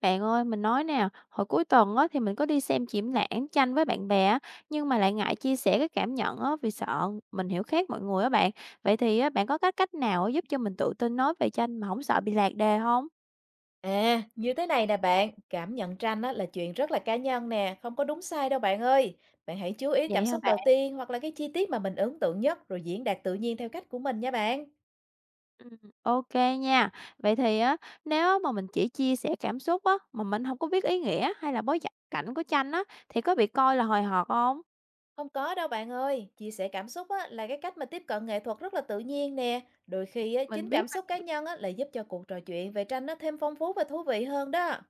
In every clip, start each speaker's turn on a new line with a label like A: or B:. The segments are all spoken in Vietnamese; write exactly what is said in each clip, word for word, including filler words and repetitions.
A: Bạn ơi, mình nói nè, hồi cuối tuần á, thì mình có đi xem triển lãm tranh với bạn bè á, nhưng mà lại ngại chia sẻ cái cảm nhận á, vì sợ mình hiểu khác mọi người á bạn. Vậy thì á, bạn có cách cách nào giúp cho mình tự tin nói về tranh mà không sợ bị lạc đề không?
B: À, như thế này nè bạn, cảm nhận tranh á, là chuyện rất là cá nhân nè, không có đúng sai đâu bạn ơi. Bạn hãy chú ý
A: Vậy
B: cảm
A: hả
B: xúc
A: bạn?
B: đầu tiên hoặc là cái chi tiết mà mình ấn tượng nhất rồi diễn đạt tự nhiên theo cách của mình nha bạn.
A: Ừ, ok nha. Vậy thì á, nếu mà mình chỉ chia sẻ cảm xúc á, mà mình không có biết ý nghĩa hay là bối cảnh của tranh á, thì có bị coi là hời hợt không?
B: Không có đâu bạn ơi, chia sẻ cảm xúc á, là cái cách mà tiếp cận nghệ thuật rất là tự nhiên nè. Đôi khi á,
A: Mình
B: chính
A: biết.
B: cảm xúc cá nhân á, là giúp cho cuộc trò chuyện về tranh nó thêm phong phú và thú vị hơn đó.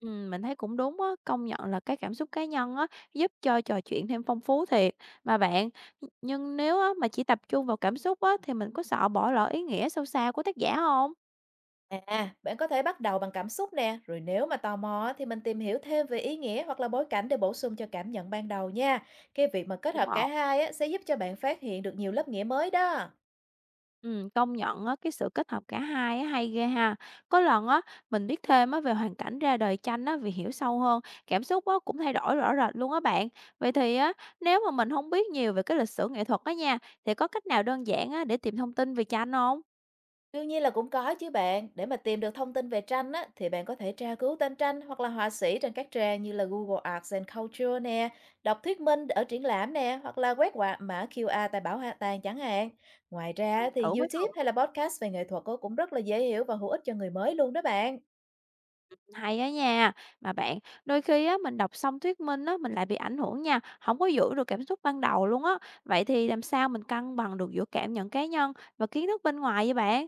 A: Ừm, mình thấy cũng đúng á, công nhận là cái cảm xúc cá nhân á, giúp cho trò chuyện thêm phong phú thiệt. Mà bạn, nh nhưng nếu á mà chỉ tập trung vào cảm xúc á, thì mình có sợ bỏ lỡ ý nghĩa sâu xa của tác giả không?
B: À, bạn có thể bắt đầu bằng cảm xúc nè, rồi nếu mà tò mò á, thì mình tìm hiểu thêm về ý nghĩa hoặc là bối cảnh để bổ sung cho cảm nhận ban đầu nha. Cái việc mà kết
A: Cũng
B: hợp
A: ổn.
B: cả hai á, sẽ giúp cho bạn phát hiện được nhiều lớp nghĩa mới đó.
A: Ừm, công nhận á, cái sự kết hợp cả hai á hay ghê ha. Có lần á, mình biết thêm á về hoàn cảnh ra đời tranh á, vì hiểu sâu hơn, cảm xúc á cũng thay đổi rõ rệt luôn á bạn. Vậy thì á, nếu mà mình không biết nhiều về cái lịch sử nghệ thuật á nha, thì có cách nào đơn giản á để tìm thông tin về tranh không?
B: Đương nhiên là cũng có chứ bạn, để mà tìm được thông tin về tranh á, thì bạn có thể tra cứu tên tranh hoặc là họa sĩ trên các trang như là Google Arts and Culture nè, đọc thuyết minh ở triển lãm nè, hoặc là quét qua mã quy rờ tại bảo tàng chẳng hạn. Ngoài ra
A: Mình
B: thì
A: thử mới
B: YouTube hay
A: được.
B: là podcast về nghệ thuật á, cũng rất là dễ hiểu và hữu ích cho người mới luôn đó bạn.
A: Hay á nha, mà bạn, đôi khi á mình đọc xong thuyết minh á mình lại bị ảnh hưởng nha, không có giữ được cảm xúc ban đầu luôn á. Vậy thì làm sao mình cân bằng được giữa cảm nhận cá nhân và kiến thức bên ngoài vậy bạn?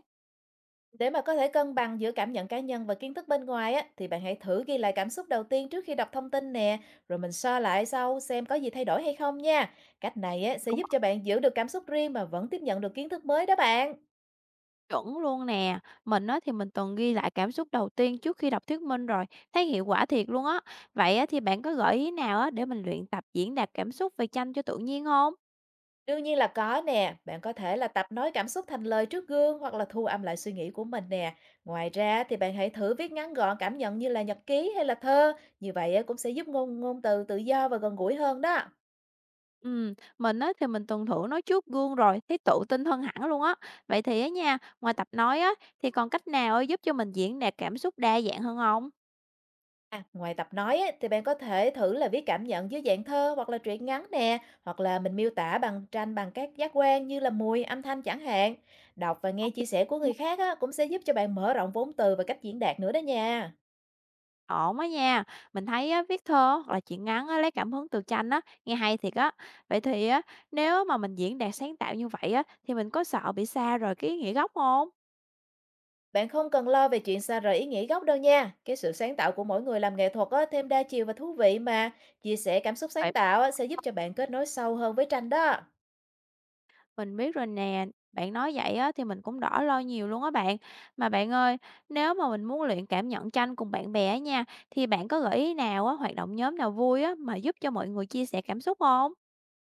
B: Để mà có thể cân bằng giữa cảm nhận cá nhân và kiến thức bên ngoài á, thì bạn hãy thử ghi lại cảm xúc đầu tiên trước khi đọc thông tin nè, rồi mình so lại sau xem có gì thay đổi hay không nha. Cách này á, sẽ
A: Cũng
B: giúp cho bạn giữ được cảm xúc riêng mà vẫn tiếp nhận được kiến thức mới đó bạn.
A: chuẩn luôn nè. Mình á thì mình từng ghi lại cảm xúc đầu tiên trước khi đọc thuyết minh rồi, thấy hiệu quả thiệt luôn á. Vậy á thì bạn có gợi ý nào á để mình luyện tập diễn đạt cảm xúc về tranh cho tự nhiên không?
B: Đương nhiên là có nè, bạn có thể là tập nói cảm xúc thành lời trước gương hoặc là thu âm lại suy nghĩ của mình nè. Ngoài ra thì bạn hãy thử viết ngắn gọn cảm nhận như là nhật ký hay là thơ, như vậy á, cũng sẽ giúp ngôn ngôn từ tự do và gần gũi hơn đó.
A: Ừm, mình á thì mình tuần thủ nói trước gương rồi, thấy tự tin hơn hẳn luôn á. Vậy thì á nha, ngoài tập nói á, thì còn cách nào á giúp cho mình diễn đạt cảm xúc đa dạng hơn không?
B: À, ngoài tập nói á, thì bạn có thể thử là viết cảm nhận dưới dạng thơ hoặc là truyện ngắn nè, hoặc là mình miêu tả bằng tranh bằng các giác quan như là mùi, âm thanh chẳng hạn. Đọc và nghe
A: Ok.
B: chia sẻ của người khác á, cũng sẽ giúp cho bạn mở rộng vốn từ và cách diễn đạt nữa đó nha.
A: Ổn á nha, mình thấy á, viết thơ hoặc là truyện ngắn á, lấy cảm hứng từ tranh á, nghe hay thiệt á. Vậy thì á, nếu mà mình diễn đạt sáng tạo như vậy á, thì mình có sợ bị xa rời cái ý nghĩa gốc không?
B: Bạn không cần lo về chuyện xa rời ý nghĩa gốc đâu nha. Cái sự sáng tạo của mỗi người làm nghệ thuật á, thêm đa chiều và thú vị mà. Chia sẻ cảm xúc sáng tạo á, sẽ giúp cho bạn kết nối sâu hơn với tranh đó.
A: Mình biết rồi nè, bạn nói vậy á thì mình cũng đỡ lo nhiều luôn á bạn. Mà bạn ơi, nếu mà mình muốn luyện cảm nhận tranh cùng bạn bè á nha, thì bạn có gợi ý nào á, hoạt động nhóm nào vui á mà giúp cho mọi người chia sẻ cảm xúc không?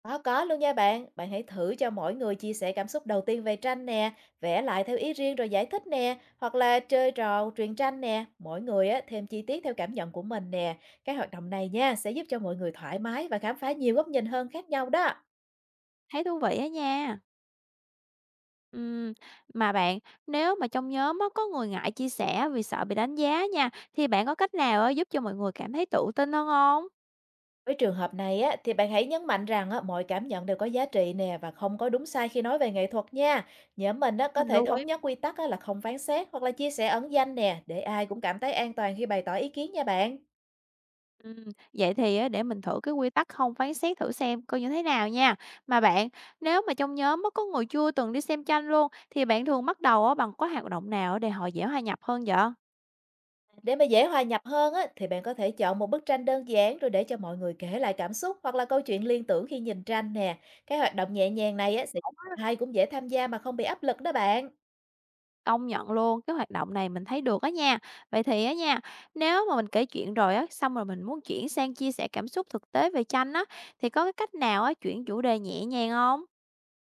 B: Có, có luôn nha bạn. Bạn hãy thử cho mỗi người chia sẻ cảm xúc đầu tiên về tranh nè, vẽ lại theo ý riêng rồi giải thích nè, hoặc là chơi trò truyền tranh nè. Mỗi người á, thêm chi tiết theo cảm nhận của mình nè. Cái hoạt động này nha sẽ giúp cho mọi người thoải mái và khám phá nhiều góc nhìn hơn khác nhau đó.
A: Thấy thú vị á nha. Ừm, mà bạn, nếu mà trong nhóm á có người ngại chia sẻ vì sợ bị đánh giá nha, thì bạn có cách nào á giúp cho mọi người cảm thấy tự tin hơn không?
B: Với trường hợp này á, thì bạn hãy nhấn mạnh rằng á, mọi cảm nhận đều có giá trị nè và không có đúng sai khi nói về nghệ thuật nha. Nhóm mình á, có
A: Mình
B: thể
A: luôn.
B: thống nhất quy tắc á, là không phán xét hoặc là chia sẻ ẩn danh nè để ai cũng cảm thấy an toàn khi bày tỏ ý kiến nha bạn.
A: Ừm, Vậy thì á, để mình thử cái quy tắc không phán xét thử xem coi như thế nào nha. Mà bạn, nếu mà trong nhóm á, có người chưa từng đi xem tranh luôn thì bạn thường bắt đầu á, bằng cái hoạt động nào để họ dễ hòa nhập hơn vậy?
B: Để mà dễ hòa nhập hơn á, thì bạn có thể chọn một bức tranh đơn giản rồi để cho mọi người kể lại cảm xúc hoặc là câu chuyện liên tưởng khi nhìn tranh nè. Cái hoạt động nhẹ nhàng này á, sẽ giúp ai cũng dễ tham gia mà không bị áp lực đó bạn.
A: Công nhận luôn, cái hoạt động này mình thấy được á nha. Vậy thì á nha, nếu mà mình kể chuyện rồi á, xong rồi mình muốn chuyển sang chia sẻ cảm xúc thực tế về tranh á, thì có cái cách nào á, chuyển chủ đề nhẹ nhàng không?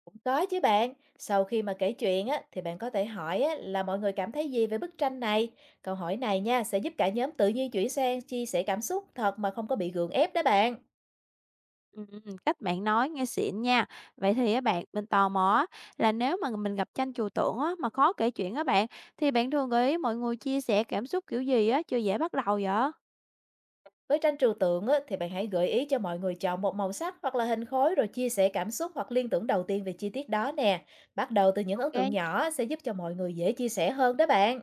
B: Cũng có chứ bạn, sau khi mà kể chuyện á, thì bạn có thể hỏi á, là mọi người cảm thấy gì về bức tranh này. Câu hỏi này nha sẽ giúp cả nhóm tự nhiên chuyển sang chia sẻ cảm xúc thật mà không có bị gượng ép đó bạn.
A: Ừm, Cách bạn nói nghe xịn nha. Vậy thì á bạn, mình tò mò á, là nếu mà mình gặp tranh chùa tượng á, mà khó kể chuyện á bạn, thì bạn thường gợi ý mọi người chia sẻ cảm xúc kiểu gì á, chưa dễ bắt đầu vậy?
B: Với tranh trừu tượng á, thì bạn hãy gợi ý cho mọi người chọn một màu sắc hoặc là hình khối rồi chia sẻ cảm xúc hoặc liên tưởng đầu tiên về chi tiết đó nè. Bắt đầu từ những ấn
A: Ok,
B: tượng nhỏ sẽ giúp cho mọi người dễ chia sẻ hơn đó bạn.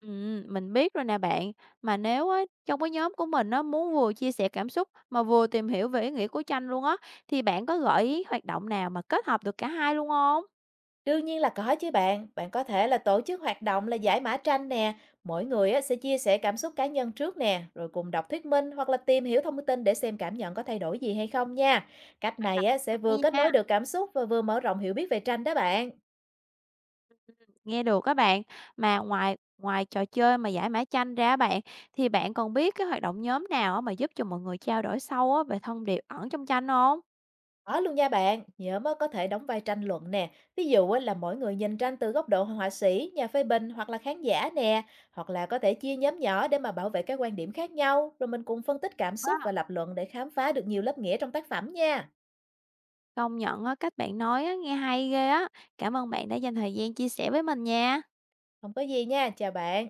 A: Ừm, mình biết rồi nè bạn. Mà nếu á, trong cái nhóm của mình á, muốn vừa chia sẻ cảm xúc mà vừa tìm hiểu về ý nghĩa của tranh luôn á, thì bạn có gợi ý hoạt động nào mà kết hợp được cả hai luôn không?
B: Đương nhiên là có chứ bạn. Bạn có thể là tổ chức hoạt động là giải mã tranh nè. Mỗi người á, sẽ chia sẻ cảm xúc cá nhân trước nè, rồi cùng đọc thuyết minh hoặc là tìm hiểu thông tin để xem cảm nhận có thay đổi gì hay không nha. Cách
A: Hoạt
B: này
A: động
B: á, sẽ
A: hay
B: vừa kết
A: nha.
B: nối được cảm xúc và vừa mở rộng hiểu biết về tranh đó bạn.
A: Nghe được các bạn. Mà ngoài ngoài trò chơi mà giải mã tranh ra á bạn, thì bạn còn biết cái hoạt động nhóm nào á mà giúp cho mọi người trao đổi sâu á về thông điệp ẩn trong tranh không?
B: Có luôn nha bạn, nhóm á, có thể đóng vai tranh luận nè, ví dụ á, là mỗi người nhìn tranh từ góc độ họa sĩ, nhà phê bình hoặc là khán giả nè, hoặc là có thể chia nhóm nhỏ để mà bảo vệ các quan điểm khác nhau, rồi mình cùng phân tích cảm xúc
A: Wow!
B: và lập luận để khám phá được nhiều lớp nghĩa trong tác phẩm nha.
A: Công nhận á, cách bạn nói á nghe hay ghê á. Cảm ơn bạn đã dành thời gian chia sẻ với mình nha.
B: Không có gì nha, chào bạn.